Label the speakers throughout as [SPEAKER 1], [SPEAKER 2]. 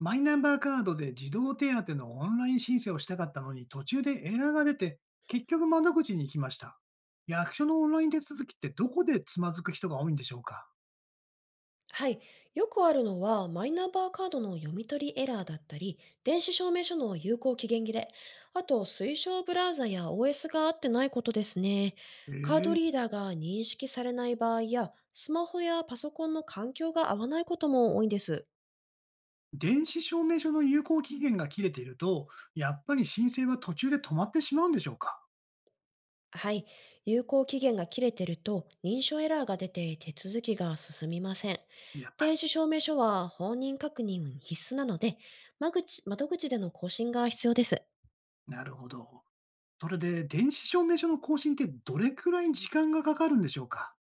[SPEAKER 1] マイナンバーカードで児童手当のオンライン申請をしたかったのに途中でエラーが出て、結局窓口に行きました。役所のオンライン手続きってどこでつまずく人が多いんでしょうか？
[SPEAKER 2] はい。よくあるのは、マイナンバーカードの読み取りエラーだったり、電子証明書の有効期限切れ、あと推奨ブラウザや OS が合ってないことですね。カード
[SPEAKER 1] え
[SPEAKER 2] リー
[SPEAKER 1] え。
[SPEAKER 2] ダーが認識されない場合や、スマホやパソコンの環境が合わないことも多いんです。
[SPEAKER 1] 電子証明書の有効期限が切れていると、やっぱり申請は途中で止まってしまうんでしょうか？
[SPEAKER 2] はい。有効期限が切れてると、認証エラーが出て手続きが進みません。
[SPEAKER 1] やっぱり。
[SPEAKER 2] 電子証明書は本人確認必須なので、間口窓口での更新が必要です。
[SPEAKER 1] なるほど。それで、電子証明書の更新ってどれくらい時間がかかるんでしょうか？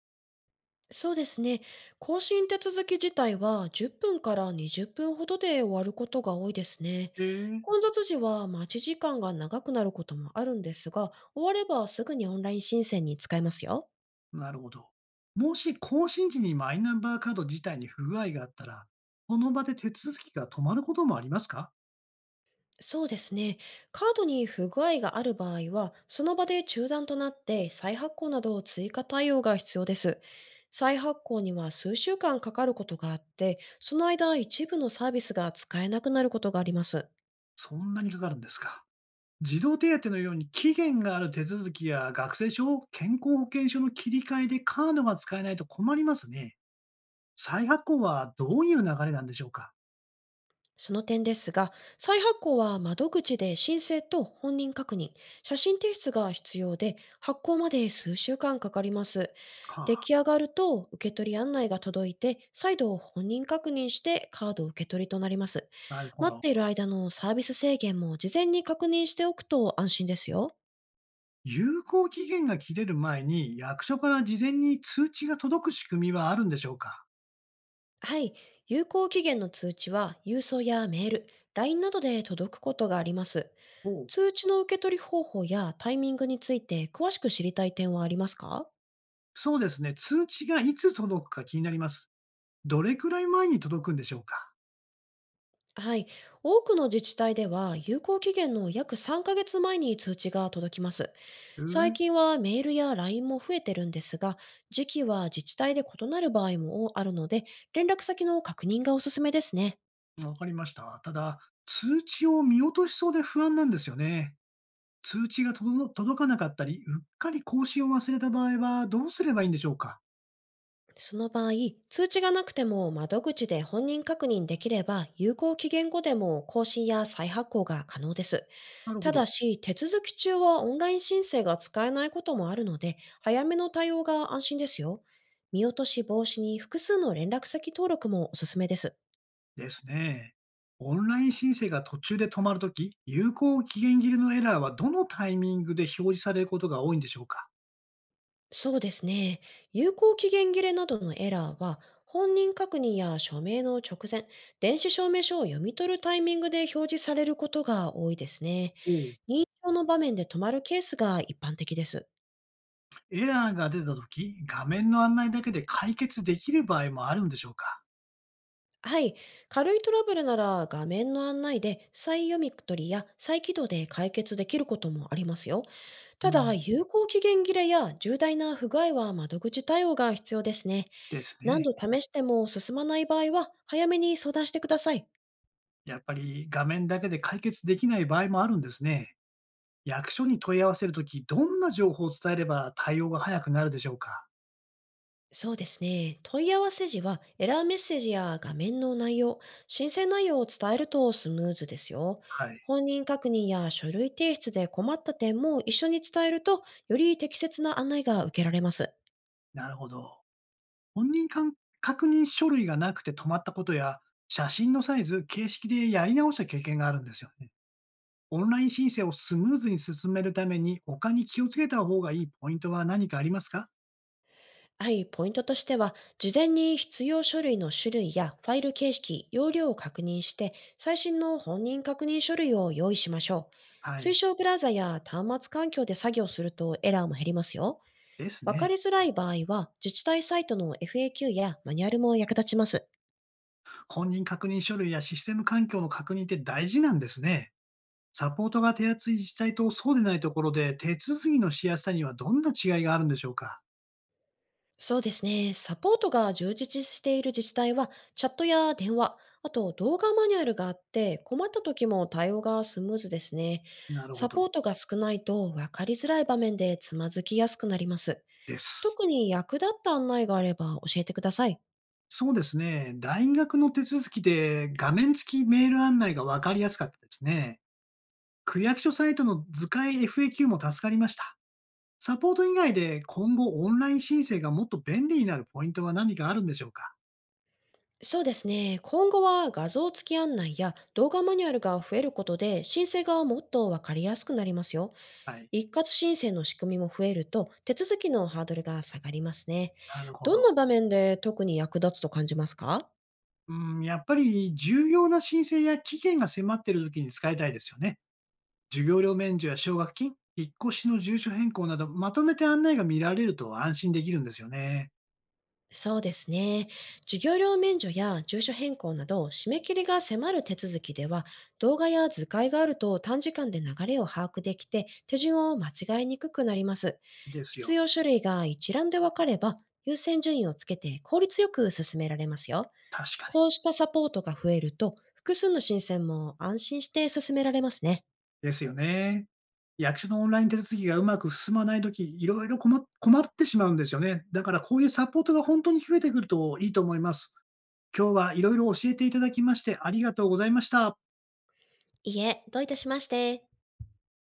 [SPEAKER 2] そうですね。更新手続き自体は10分から20分ほどで終わることが多いですね。
[SPEAKER 1] ええ。
[SPEAKER 2] 混雑時は待ち時間が長くなることもあるんですが、終わればすぐにオンライン申請に使えますよ。
[SPEAKER 1] なるほど。もし更新時にマイナンバーカード自体に不具合があったら、その場で手続きが止まることもありますか？
[SPEAKER 2] そうですね。カードに不具合がある場合は、その場で中断となって再発行など追加対応が必要です。再発行には数週間かかることがあって、その間一部のサービスが使えなくなることがあります。
[SPEAKER 1] そんなにかかるんですか？児童手当のように期限がある手続きや学生証、健康保険証の切り替えでカードが使えないと困りますね。再発行はどういう流れなんでしょうか？
[SPEAKER 2] その点ですが、再発行は窓口で申請と本人確認、写真提出が必要で、発行まで数週間かかります。
[SPEAKER 1] は
[SPEAKER 2] 出来上がると受け取り案内が届いて、再度本人確認してカード受け取りとなります。
[SPEAKER 1] あ、なるほ
[SPEAKER 2] 待っ
[SPEAKER 1] ど。
[SPEAKER 2] ている間のサービス制限も事前に確認しておくと安心ですよ。
[SPEAKER 1] 有効期限が切れる前に役所から事前に通知が届く仕組みはあるんでしょうか？
[SPEAKER 2] はい。有効期限の通知は郵送やメール、LINE などで届くことがあります。
[SPEAKER 1] おう。
[SPEAKER 2] 通知の受け取り方法やタイミングについて詳しく知りたい点はありますか？
[SPEAKER 1] そうですね。通知がいつ届くか気になります。どれくらい前に届くんでしょうか？
[SPEAKER 2] はい。多くの自治体では有効期限の約3ヶ月前に通知が届きます。
[SPEAKER 1] うー
[SPEAKER 2] 最
[SPEAKER 1] ん、
[SPEAKER 2] 近はメールや LINE も増えてるんですが、時期は自治体で異なる場合もあるので、連絡先の確認がおすすめですね。
[SPEAKER 1] わかりました。ただ、通知を見落としそうで不安なんですよね。通知が届かなかったり、うっかり更新を忘れた場合はどうすればいいんでしょうか？
[SPEAKER 2] その場合、通知がなくても窓口で本人確認できれば、有効期限後でも更新や再発行が可能です。
[SPEAKER 1] なるほ
[SPEAKER 2] た
[SPEAKER 1] ど。
[SPEAKER 2] だし、手続き中はオンライン申請が使えないこともあるので、早めの対応が安心ですよ。見落とし防止に複数の連絡先登録もおすすめです。
[SPEAKER 1] ですね。オンライン申請が途中で止まるとき、有効期限切れのエラーはどのタイミングで表示されることが多いんでしょうか？
[SPEAKER 2] そうですね。有効期限切れなどのエラーは、本人確認や署名の直前、電子証明書を読み取るタイミングで表示されることが多いですね。
[SPEAKER 1] おお、
[SPEAKER 2] 認証の場面で止まるケースが一般的です。
[SPEAKER 1] エラーが出たとき、画面の案内だけで解決できる場合もあるんでしょうか？
[SPEAKER 2] はい。軽いトラブルなら画面の案内で再読み取りや再起動で解決できることもありますよ。
[SPEAKER 1] う
[SPEAKER 2] ただ、
[SPEAKER 1] ん、
[SPEAKER 2] 有効期限切れや重大な不具合は窓口対応が必要ですね。
[SPEAKER 1] です
[SPEAKER 2] 何
[SPEAKER 1] ね。
[SPEAKER 2] 度試しても進まない場合は早めに相談してください。
[SPEAKER 1] やっぱり画面だけで解決できない場合もあるんですね。役所に問い合わせるとき、どんな情報を伝えれば対応が早くなるでしょうか？
[SPEAKER 2] そうですね。問い合わせ時はエラーメッセージや画面の内容、申請内容を伝えるとスムーズですよ。
[SPEAKER 1] はい、
[SPEAKER 2] 本人確認や書類提出で困った点も一緒に伝えると、より適切な案内が受けられます。
[SPEAKER 1] なるほど。本人か確認書類がなくて止まったことや、写真のサイズ、形式でやり直した経験があるんですよね。オンライン申請をスムーズに進めるために、他に気をつけた方がいいポイントは何かありますか？
[SPEAKER 2] はい、ポイントとしては、事前に必要書類の種類やファイル形式、容量を確認して、最新の本人確認書類を用意しましょう。
[SPEAKER 1] は
[SPEAKER 2] 推
[SPEAKER 1] い、
[SPEAKER 2] 奨ブラウザや端末環境で作業するとエラーも減りますよ。
[SPEAKER 1] です
[SPEAKER 2] わか
[SPEAKER 1] ね。
[SPEAKER 2] りづらい場合は、自治体サイトの FAQ やマニュアルも役立ちます。
[SPEAKER 1] 本人確認書類やシステム環境の確認って大事なんですね。サポートが手厚い自治体とそうでないところで、手続きのしやすさにはどんな違いがあるんでしょうか？
[SPEAKER 2] そうですね。サポートが充実している自治体は、チャットや電話、あと動画マニュアルがあって、困った時も対応がスムーズですね。
[SPEAKER 1] なるほ
[SPEAKER 2] サポー
[SPEAKER 1] ど。
[SPEAKER 2] トが少ないと分かりづらい場面でつまずきやすくなります。
[SPEAKER 1] です。
[SPEAKER 2] 特に役立った案内があれば教えてください。
[SPEAKER 1] そうですね。大学の手続きで画面付きメール案内がわかりやすかったですね。区役所サイトの図解 FAQ も助かりました。サポート以外で今後オンライン申請がもっと便利になるポイントは何かあるんでしょうか？
[SPEAKER 2] そうですね。今後は画像付き案内や動画マニュアルが増えることで、申請がもっと分かりやすくなりますよ。
[SPEAKER 1] はい。
[SPEAKER 2] 一括申請の仕組みも増えると、手続きのハードルが下がりますね。
[SPEAKER 1] なるほ
[SPEAKER 2] どんな
[SPEAKER 1] ど。
[SPEAKER 2] 場面で特に役立つと感じますか？
[SPEAKER 1] うん、やっぱり重要な申請や期限が迫っている時に使いたいですよね。授業料免除や奨学金、引っ越しの住所変更など、まとめて案内が見られると安心できるんですよね。
[SPEAKER 2] そうですね。授業料免除や住所変更など、締め切りが迫る手続きでは、動画や図解があると短時間で流れを把握できて、手順を間違いにくくなります。
[SPEAKER 1] です
[SPEAKER 2] 必
[SPEAKER 1] よ。
[SPEAKER 2] 要書類が一覧で分かれば、優先順位をつけて効率よく進められますよ。
[SPEAKER 1] 確かに。
[SPEAKER 2] こうしたサポートが増えると、複数の申請も安心して進められますね。
[SPEAKER 1] ですよね。役所のオンライン手続きがうまく進まないとき、いろいろ困ってしまうんですよね。だからこういうサポートが本当に増えてくるといいと思います。今日はいろいろ教えていただきましてありがとうございました。
[SPEAKER 2] いえ、どういたしまして。